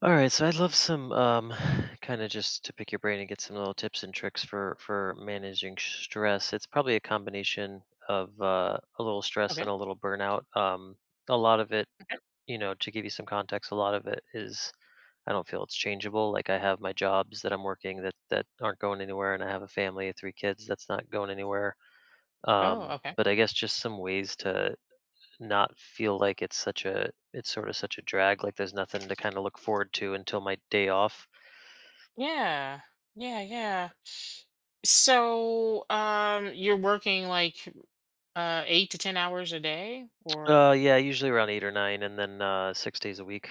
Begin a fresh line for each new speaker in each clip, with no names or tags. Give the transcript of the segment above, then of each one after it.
All right, so I'd love some kind of just to pick your brain and get some little tips and tricks for managing stress. It's probably a combination of a little stress and
Okay.
a little burnout. A lot of it,
Okay.
you know, to give you some context, a lot of it is I don't feel it's changeable. Like I have my jobs that I'm working that aren't going anywhere, and I have a family of three kids that's not going anywhere.
Oh, okay.
But I guess just some ways to not feel like it's such a it's sort of such a drag, like there's nothing to kind of look forward to until my day off.
Yeah. Yeah, yeah. So, you're working like 8 to 10 hours a day or
Yeah, usually around 8 or 9, and then 6 days a week.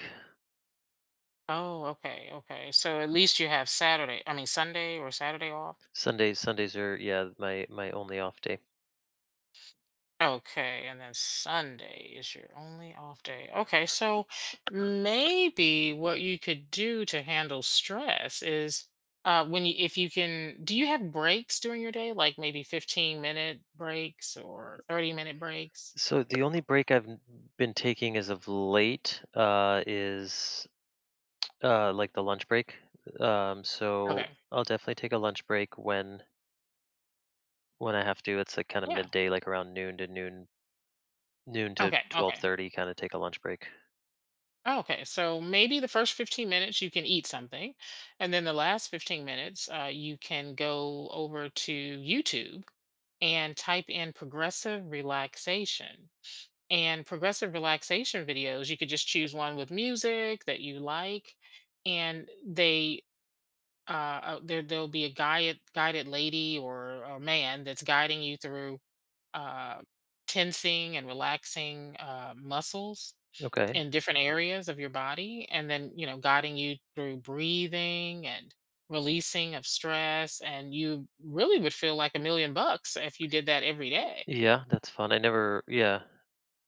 oh, okay, okay. So at least you have Saturday, I mean Sunday or Saturday off.
Sundays are, yeah, my only off day.
Okay, and then Sunday is your only off day. Okay, so maybe what you could do to handle stress is when you if you can do you have breaks during your day, like maybe 15-minute breaks or 30-minute breaks?
So the only break I've been taking as of late is like the lunch break. So
Okay.
I'll definitely take a lunch break when I have to. It's like kind of
Yeah.
midday, like around noon to
Okay.
twelve
Okay.
thirty. Kind of take a lunch break.
Okay. So maybe the first 15 minutes you can eat something, and then the last 15 minutes you can go over to YouTube and type in progressive relaxation. And progressive relaxation videos, you could just choose one with music that you like, and they there there'll be a guided lady or a man that's guiding you through uh tensing and relaxing muscles
Okay.
in different areas of your body, and then, you know, guiding you through breathing and releasing of stress. And you really would feel like a million bucks if you did that every day.
Yeah, that's fun. I never. Yeah.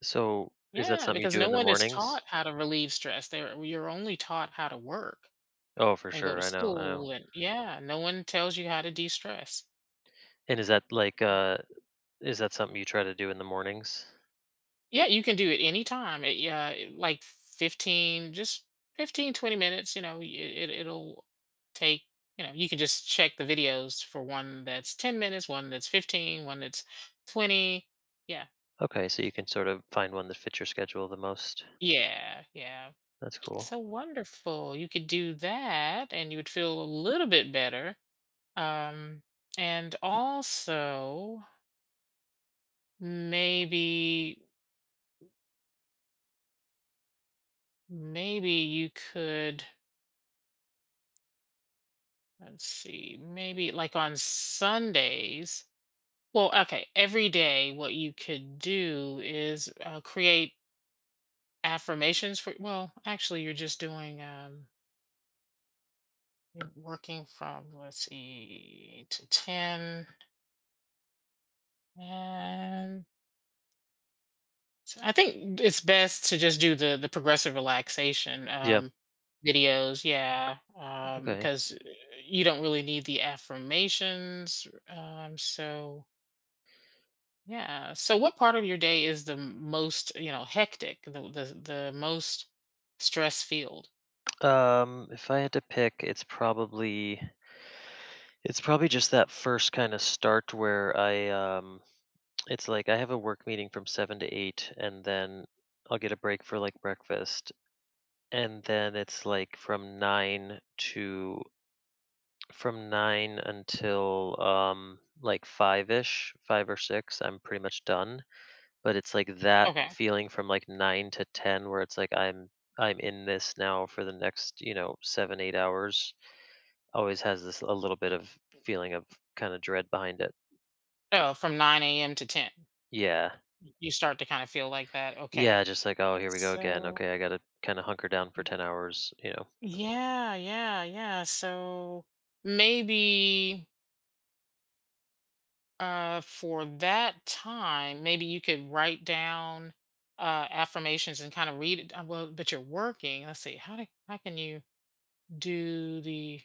So is that
Yeah,
something you
because
do
no
in the
one is
mornings?
taught how to relieve stress. They're You're only taught how to work
Oh, for
and go
sure.
to
I know. I know.
school, and yeah, no one tells you how to de-stress.
And is that like is that something you try to do in the mornings?
Yeah, you can do it anytime. Like 15, just 15, 20 minutes, you know, it'll take, you know, you can just check the videos for one that's 10 minutes, one that's 15, one that's 20. Yeah.
Okay, so you can sort of find one that fits your schedule the most.
Yeah, yeah.
That's cool.
So wonderful. You could do that and you would feel a little bit better. Um, and also, maybe you could, let's see, maybe like on Sundays. Well, okay, every day what you could do is create affirmations for, well, actually you're just doing you're working from, let's see, eight to 10, and so I think it's best to just do the progressive relaxation
Yeah.
videos, yeah,
Okay.
because you don't really need the affirmations. Yeah. So what part of your day is the most, you know, hectic, the most stress filled?
If I had to pick, it's probably just that first kind of start where I it's like I have a work meeting from 7 to 8, and then I'll get a break for like breakfast, and then it's like from nine until like 5 ish, 5 or 6. I'm pretty much done. But it's like that
Okay.
feeling from like 9 to 10, where it's like I'm in this now for the next, you know, 7 8 hours, always has this a little bit of feeling of kind of dread behind it.
Oh, from nine a.m. to ten,
Yeah.
you start to kind of feel like that. Okay.
Yeah, just like, "Oh, here we go again.
So
Okay, I got to kind of hunker down for 10 hours," you know.
yeah, yeah, yeah. So maybe, for that time, maybe you could write down affirmations and kind of read it. Well, but you're working. Let's see. How can you do the?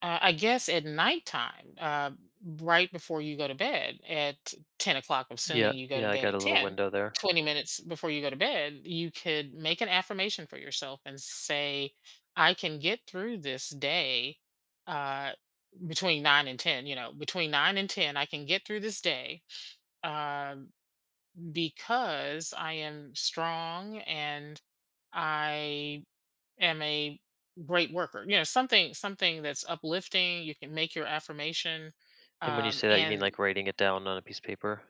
I guess at nighttime, right before you go to bed at 10 o'clock,
Yeah,
assuming you go to
yeah, I
bed
got
at
a little
10,
window there.
20 minutes before you go to bed, you could make an affirmation for yourself and say, I can get through this day uh, between 9 and 10. You know, between 9 and 10, I can get through this day uh, because I am strong and I am a great worker. You know, something, something that's uplifting, you can make your affirmation.
And when you say that, you mean
And
like writing it down on a piece of paper?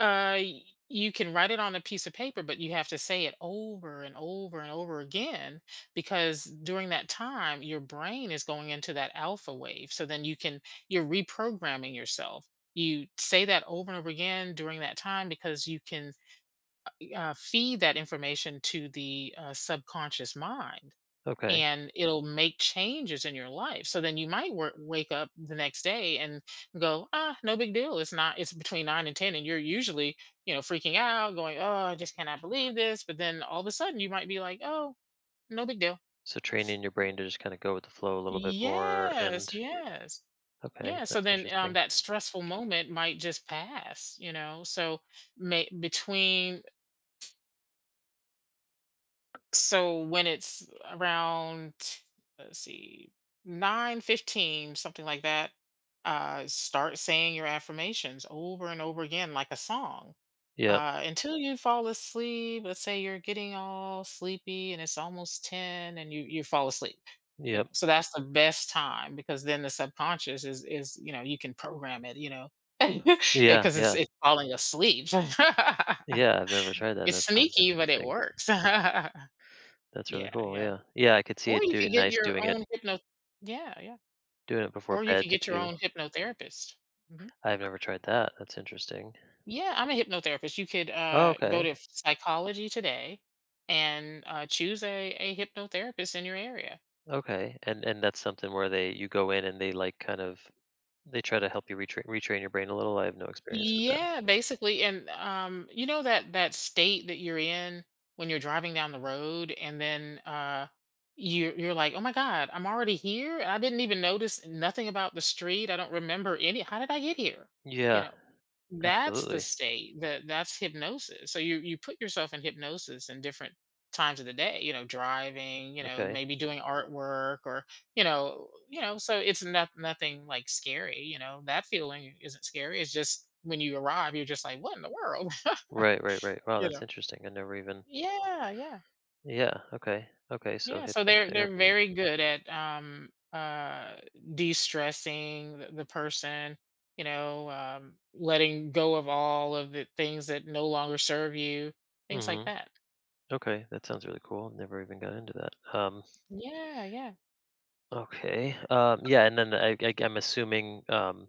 uh y- you can write it on a piece of paper, but you have to say it over and over and over again, because during that time your brain is going into that alpha wave, so then you can, you're reprogramming yourself. You say that over and over again during that time because you can feed that information to the subconscious mind,
Okay.
and it'll make changes in your life. So then you might wake up the next day and go, ah, no big deal. It's not, it's between nine and 10. And you're usually, you know, freaking out, going, oh, I just cannot believe this. But then all of a sudden you might be like, oh, no big deal.
So training your brain to just kind of go with the flow a little bit more and
Yes, yes.
okay,
Yeah, so
that's
then
interesting.
that stressful moment might just pass, you know. So may, between so when it's around, let's see, 9:15, something like that, start saying your affirmations over and over again, like a song,
Yep,
until you fall asleep. Let's say you're getting all sleepy and it's almost ten, and you fall asleep. You know,
yep.
so that's the best time because then the subconscious is, you know, you can program it. You know,
Yeah,
because it's
yeah.
it's falling asleep.
Yeah, I've never tried that.
It's
That sounds
sneaky, but it
interesting.
works.
That's
Yeah,
really cool,
yeah.
yeah. Yeah, I could see
Or
it
you could get your
doing it
own hypno Yeah, yeah.
doing it before
Or you could
bed
get your
too.
own hypnotherapist. Mhm.
I've never tried that. That's interesting.
Yeah, I'm a hypnotherapist. You could,
Oh,
go
okay.
to Psychology Today and, choose a hypnotherapist in your area.
Okay. And that's something where they you go in and they like kind of they try to help you retrain your brain a little. I have no experience with that.
Yeah, basically, and, you know, that that state that you're in when you're driving down the road and then, you're like, "Oh my god, I'm already here? I didn't even notice nothing about the street. I don't remember any how did I get here?" You
Yeah,
know? That's the
absolutely.
state. That's hypnosis. So you put yourself in hypnosis in different times of the day, you know, driving, you know,
Okay.
maybe doing artwork, or, you know, so it's not nothing like scary, you know. That feeling isn't scary. It's just when you arrive, you're just like, what in the world?
Right, right, right. Wow,
you
that's
know.
interesting. I never even.
Yeah, yeah.
Yeah, okay. Okay, so
Yeah, so they're
hypnotherapy.
very good at de-stressing the person, you know, letting go of all of the things that no longer serve you, things like
Mhm.
that.
Okay, that sounds really cool. Never even got into that.
Yeah, yeah.
Okay. Yeah, and then I'm assuming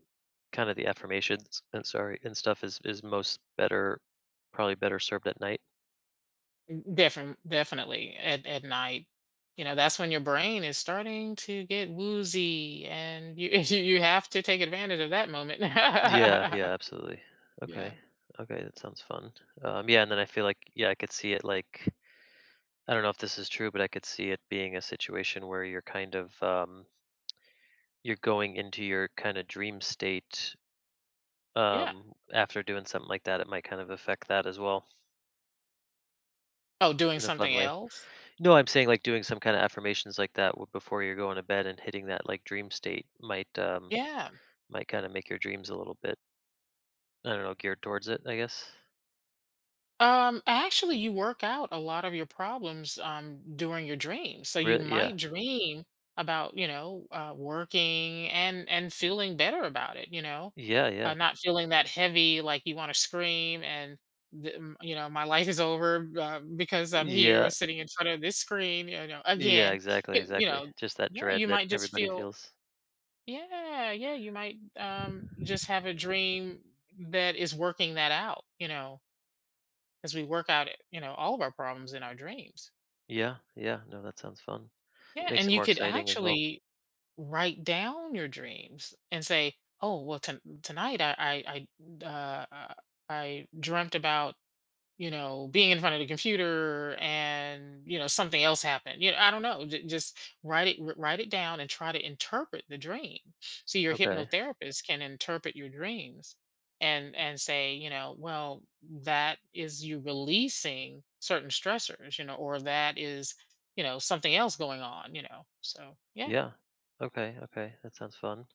kind of the affirmations and sorry and stuff is most better, probably better served at night.
Definitely, definitely at night. You know, that's when your brain is starting to get woozy, and you you have to take advantage of that moment.
Yeah. Yeah. Absolutely.
Yeah.
Okay. Okay. That sounds fun. Yeah, and then I feel like yeah, I could see it like I don't know if this is true, but I could see it being a situation where you're you're going into your kind of dream state
Yeah.
after doing something like that, it might kind of affect that as well
Oh, doing
in a fun
something
way.
else?
No, I'm saying like doing some kind of affirmations like that before you're going to bed and hitting that like dream state
Yeah.
might kind of make your dreams a little bit, I don't know, geared towards it I guess.
Actually, you work out a lot of your problems during your dreams. So you
Really? Yeah.
might dream about, you know, working and feeling better about it. You know,
Yeah. Yeah.
not feeling that heavy, like you want to scream and you know, my life is over because I'm here
Yeah.
sitting in front of this screen. You know,
Yeah.
again,
Exactly.
you, you
Exactly.
know,
Just that
yeah,
dread
you
that
might just
everybody
feel,
feels.
yeah, yeah, you might just have a dream that is working that out. You know, as we work out, you know, all of our problems in our dreams.
Yeah. Yeah. No, that sounds fun.
Yeah,
Makes
and
it
you
more
could
exciting as well.
actually write down your dreams and say, "Oh, well, tonight I I I uh, uh, I dreamt about," you know, being in front of the computer, and, you know, something else happened. You know, I don't know. Just write it down and try to interpret the dream. So your
Okay.
hypnotherapist can interpret your dreams and say, you know, well, that is you releasing certain stressors, you know, or that is, you know, something else going on, you know? So yeah.
Yeah. Okay. Okay. That sounds fun.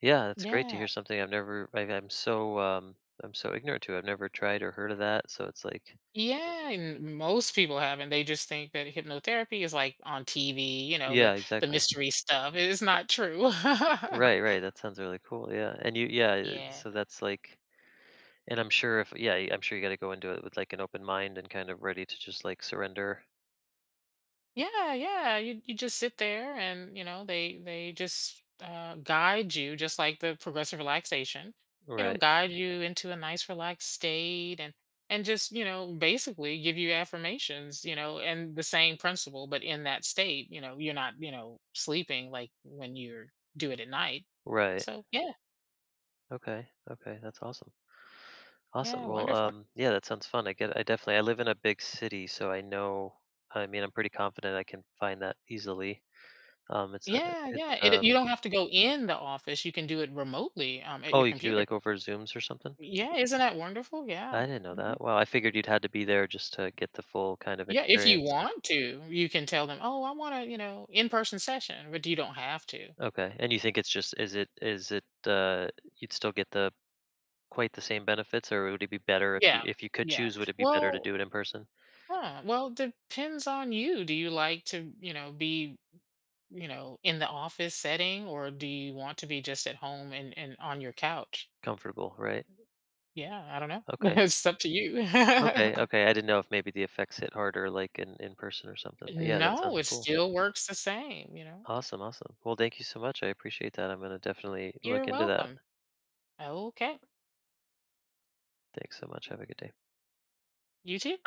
Yeah, that's great to
Yeah.
hear something I've never. I'm so ignorant to. I've never tried or heard of that. So it's like.
Yeah, and most people haven't. They just think that hypnotherapy is like on TV, you know,
Yeah.
the
Exactly.
mystery stuff. It is not true.
Right, right. That sounds really cool. Yeah. And you yeah,
Yeah.
so that's like and I'm sure if yeah, I'm sure you got to go into it with like an open mind and kind of ready to just like surrender.
Yeah, yeah. You just sit there and, you know, they just guide you, just like the progressive relaxation. You know,
Right.
guide you into a nice relaxed state, and just, you know, basically give you affirmations, you know, and the same principle, but in that state, you know, you're not, you know, sleeping like when you're do it at night.
Right.
So, yeah.
Okay. Okay. That's awesome. Awesome.
Yeah,
Well,
wonderful.
yeah, that sounds fun. I get I definitely I live in a big city, so I know I mean, I'm pretty confident I can find that easily. Um it's uh,
Yeah,
it's
yeah, it you don't have to go in the office, you can do it remotely, at
oh,
your
you can do
computer.
like over Zooms or something?
Yeah, isn't that wonderful?
I
Yeah,
didn't know
mhm.
that. Wow, I figured you'd had to be there just to get the full kind of
Yeah, if you
experience.
want to, you can tell them, "Oh, I want a, you know, in-person session," but you don't have to.
Okay. And you think it's just is it you'd still get the quite the same benefits, or would it be better
Yeah,
if you could
yeah.
choose, would it be better to do it
Well
in person?
well, depends on you. Do you like to, you know, be, you know, in the office setting, or do you want to be just at home and on your couch?
Comfortable, right?
Yeah, I don't know.
Okay.
It's up to you.
Okay, okay. I didn't know if maybe the effects hit harder like in person or something. But yeah, that
No,
sounds
it
cool.
still works the same, you know?
Awesome, awesome. Well, thank you so much. I appreciate that. I'm going to definitely look
You're
into that.
welcome. Okay.
Thanks so much. Have a good day.
You too.